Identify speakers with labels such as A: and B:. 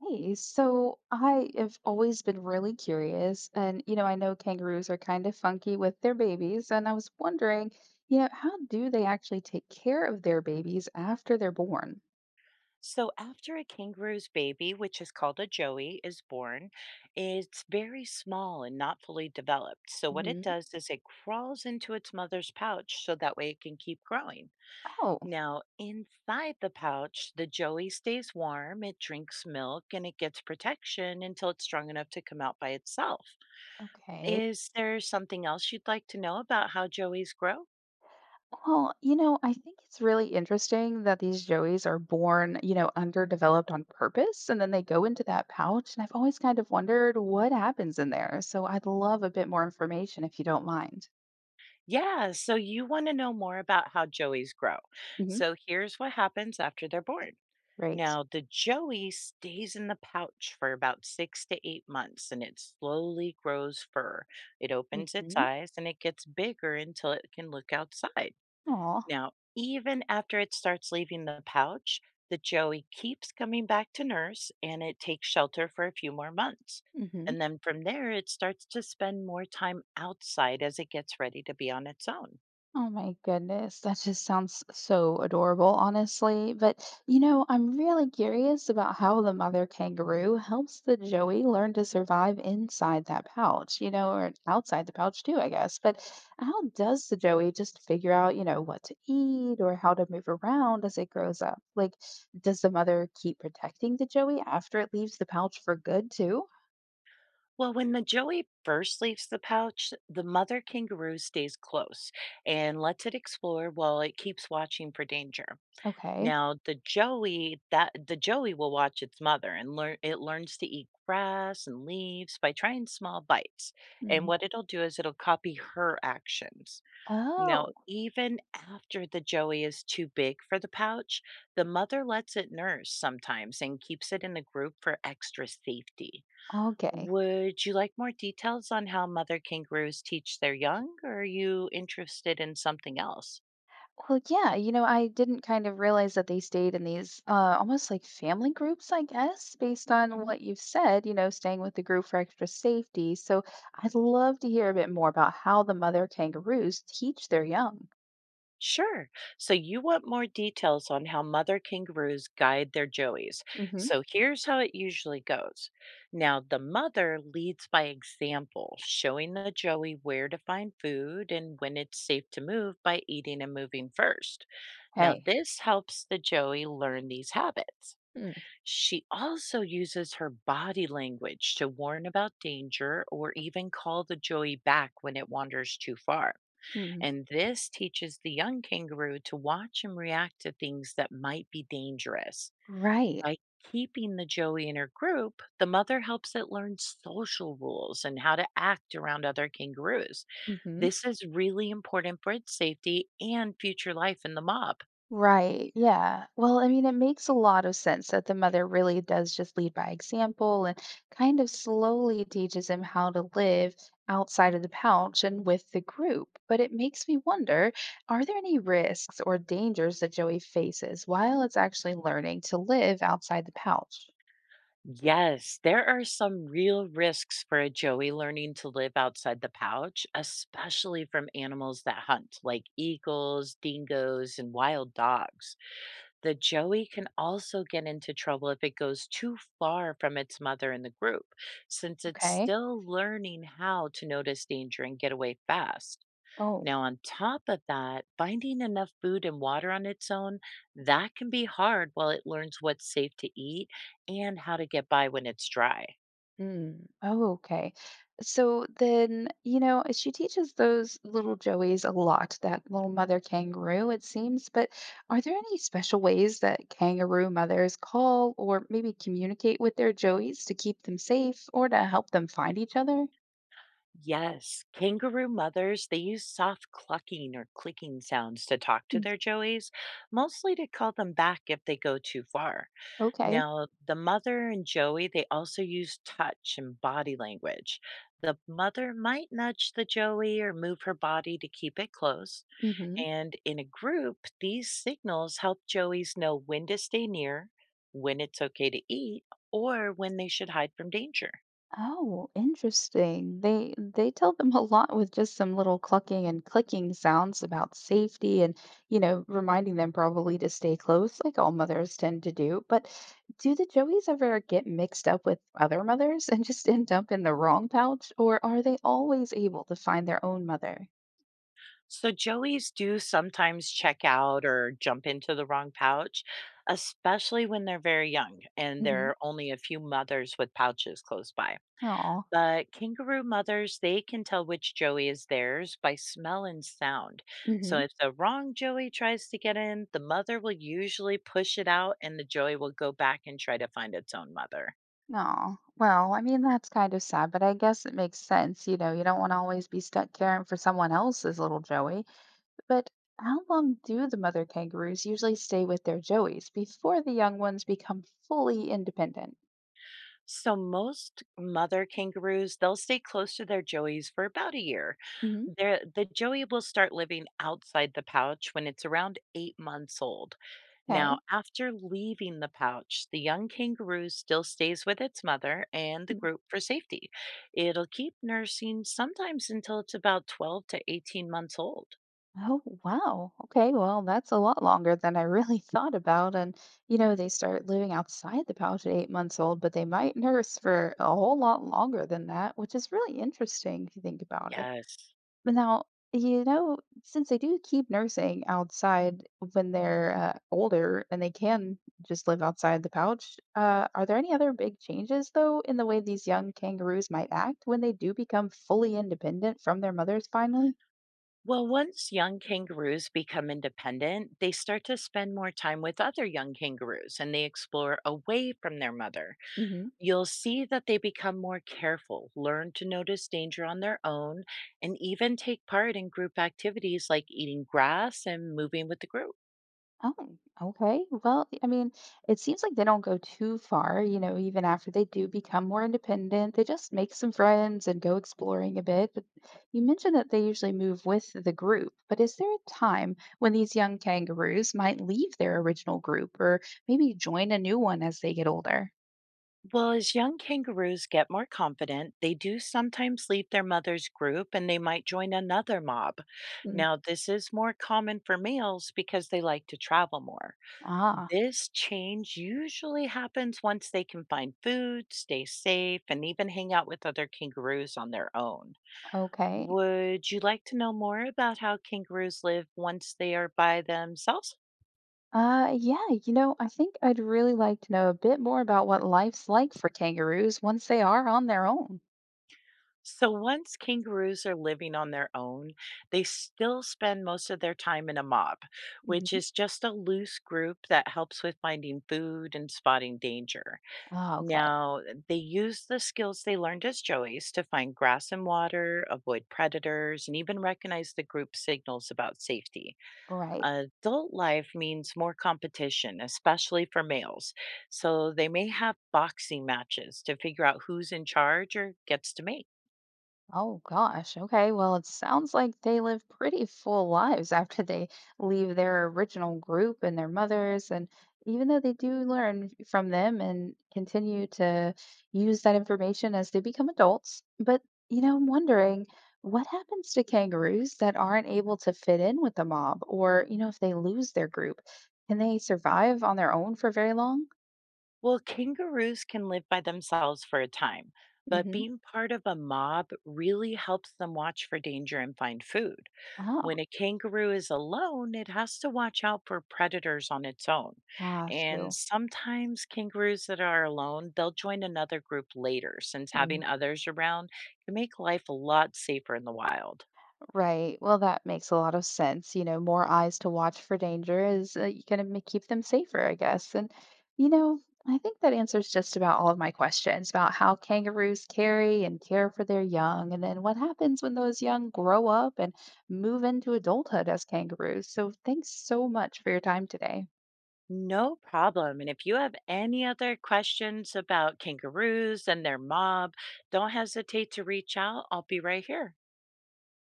A: Hey, so I have always been really curious, and I know kangaroos are kind of funky with their babies, and I was wondering, how do they actually take care of their babies after they're born?
B: So after a kangaroo's baby, which is called a joey, is born, it's very small and not fully developed. So what it
A: Hmm.
B: does is it crawls into its mother's pouch so that way it can keep growing.
A: Oh,
B: Now, inside the pouch, the joey stays warm, it drinks milk, and it gets protection until it's strong enough to come out by itself.
A: okay.
B: Is there something else you'd like to know about how joeys grow?
A: Well, I think it's really interesting that these joeys are born, underdeveloped on purpose, and then they go into that pouch, and I've always kind of wondered what happens in there. So I'd love a bit more information if you don't mind.
B: Yeah, so you want to know more about how joeys grow.
A: Hmm.
B: So here's what happens after they're born.
A: Right.
B: Now, the joey stays in the pouch for about 6 to 8 months and it slowly grows fur. It opens its
A: Hmm.
B: eyes and it gets bigger until it can look outside.
A: Aw.
B: Now, even after it starts leaving the pouch, the joey keeps coming back to nurse and it takes shelter for a few more months.
A: Hmm.
B: And then from there, it starts to spend more time outside as it gets ready to be on its own.
A: Oh my goodness, that just sounds so adorable, honestly. But I'm really curious about how the mother kangaroo helps the Joey learn to survive inside that pouch, or outside the pouch too, I guess. But how does the Joey just figure out, what to eat or how to move around as it grows up? Like, does the mother keep protecting the Joey after it leaves the pouch for good too?
B: Well, when the joey first leaves the pouch, the mother kangaroo stays close and lets it explore while it keeps watching for danger.
A: Okay.
B: Now, the joey will watch its mother and learn it learns to eat grass and leaves by trying small bites. And
A: Hmm.
B: what it'll do is it'll copy her actions. Now,
A: Oh,
B: even after the joey is too big for the pouch, the mother lets it nurse sometimes and keeps it in a group for extra safety.
A: okay.
B: Would you like more details on how mother kangaroos teach their young, or are you interested in something else?
A: Well, yeah, I didn't kind of realize that they stayed in these almost like family groups, I guess, based on
B: Mhm.
A: what you've said, staying with the group for extra safety. So I'd love to hear a bit more about how the mother kangaroos teach their young.
B: Sure. So you want more details on how mother kangaroos guide their joeys.
A: Mm-hmm.
B: So here's how it usually goes. Now, the mother leads by example, showing the joey where to find food and when it's safe to move by eating and moving first. Now,
A: Hey.
B: this helps the joey learn these habits.
A: Hmm.
B: She also uses her body language to warn about danger or even call the joey back when it wanders too far.
A: Hmm.
B: And this teaches the young kangaroo to watch and react to things that might be dangerous.
A: Right.
B: By keeping the joey in her group, the mother helps it learn social rules and how to act around other kangaroos.
A: Mm-hmm.
B: This is really important for its safety and future life in the mob.
A: Right. Yeah. Well, I mean, it makes a lot of sense that the mother really does just lead by example and kind of slowly teaches him how to live outside of the pouch and with the group. But it makes me wonder, are there any risks or dangers that Joey faces while it's actually learning to live outside the pouch?
B: Yes, there are some real risks for a joey learning to live outside the pouch, especially from animals that hunt, like eagles, dingoes, and wild dogs. The joey can also get into trouble if it goes too far from its mother in the group, since it's
A: Okay.
B: still learning how to notice danger and get away fast.
A: Oh.
B: Now, on top of that, finding enough food and water on its own, that can be hard while it learns what's safe to eat and how to get by when it's dry.
A: Mm. Oh, okay. So then, she teaches those little Joeys a lot, that little mother kangaroo, it seems. But are there any special ways that kangaroo mothers call or maybe communicate with their Joeys to keep them safe or to help them find each other?
B: Yes, kangaroo mothers, they use soft clucking or clicking sounds to talk to
A: Mm.
B: their joeys, mostly to call them back if they go too far.
A: Okay.
B: Now, the mother and joey, they also use touch and body language. The mother might nudge the joey or move her body to keep it close.
A: Hmm.
B: And in a group, these signals help joeys know when to stay near, when it's okay to eat, or when they should hide from danger.
A: Oh, interesting. They tell them a lot with just some little clucking and clicking sounds about safety and, reminding them probably to stay close, like all mothers tend to do. But do the joeys ever get mixed up with other mothers and just end up in the wrong pouch, or are they always able to find their own mother?
B: So, joeys do sometimes check out or jump into the wrong pouch, especially when they're very young and there
A: Mm-hmm.
B: are only a few mothers with pouches close by.
A: Aw.
B: But kangaroo mothers, they can tell which joey is theirs by smell and sound. So
A: Mm-hmm.
B: if the wrong joey tries to get in, the mother will usually push it out and the joey will go back and try to find its own mother.
A: Aw. Well, I mean, that's kind of sad, but I guess it makes sense. You know, you don't want to always be stuck caring for someone else's little Joey. But how long do the mother kangaroos usually stay with their joeys before the young ones become fully independent?
B: So most mother kangaroos, they'll stay close to their joeys for about a year.
A: Hmm.
B: The joey will start living outside the pouch when it's around 8 months old.
A: Okay.
B: Now, after leaving the pouch, the young kangaroo still stays with its mother and the
A: Hmm.
B: group for safety. It'll keep nursing sometimes until it's about 12 to 18 months old.
A: Oh, wow. Okay, well, that's a lot longer than I really thought about. And, they start living outside the pouch at 8 months old, but they might nurse for a whole lot longer than that, which is really interesting if you think about it.
B: Yes.
A: But now, you know, since they do keep nursing outside when they're older and they can just live outside the pouch, are there any other big changes, though, in the way these young kangaroos might act when they do become fully independent from their mothers finally?
B: Well, once young kangaroos become independent, they start to spend more time with other young kangaroos and they explore away from their mother. You'll see that they become more careful, learn to notice danger on their own, and even take part in group activities like eating grass and moving with the group.
A: Oh, okay. Well, I mean, it seems like they don't go too far, even after they do become more independent. They just make some friends and go exploring a bit. But you mentioned that they usually move with the group, but is there a time when these young kangaroos might leave their original group or maybe join a new one as they get older?
B: Well, as young kangaroos get more confident, they do sometimes leave their mother's group and they might join another mob.
A: Mm.
B: Now, this is more common for males because they like to travel more.
A: Ah,
B: This change usually happens once they can find food, stay safe, and even hang out with other kangaroos on their own.
A: okay.
B: Would you like to know more about how kangaroos live once they are by themselves?
A: Yeah, I think I'd really like to know a bit more about what life's like for kangaroos once they are on their own.
B: So once kangaroos are living on their own, they still spend most of their time in a mob, which
A: Mhm.
B: is just a loose group that helps with finding food and spotting danger.
A: Ah, okay.
B: Now, they use the skills they learned as joeys to find grass and water, avoid predators, and even recognize the group signals about safety.
A: Right.
B: Adult life means more competition, especially for males. So they may have boxing matches to figure out who's in charge or gets to mate.
A: Oh gosh. Okay. Well, it sounds like they live pretty full lives after they leave their original group and their mothers. And even though they do learn from them and continue to use that information as they become adults. But, I'm wondering what happens to kangaroos that aren't able to fit in with the mob or, if they lose their group? Can they survive on their own for very long?
B: Well, kangaroos can live by themselves for a time, but
A: Hmm.
B: being part of a mob really helps them watch for danger and find food.
A: Oh,
B: When a kangaroo is alone, it has to watch out for predators on its own.
A: ah,
B: And
A: true.
B: sometimes kangaroos that are alone, they'll join another group later, since having others around can make life a lot safer in the wild.
A: Right. Well, that makes a lot of sense. You know, more eyes to watch for danger is going to keep them safer, I guess. And, you know, I think that answers just about all of my questions about how kangaroos carry and care for their young, and then what happens when those young grow up and move into adulthood as kangaroos. So, thanks so much for your time today.
B: No problem. And if you have any other questions about kangaroos and their mob, don't hesitate to reach out. I'll be right here.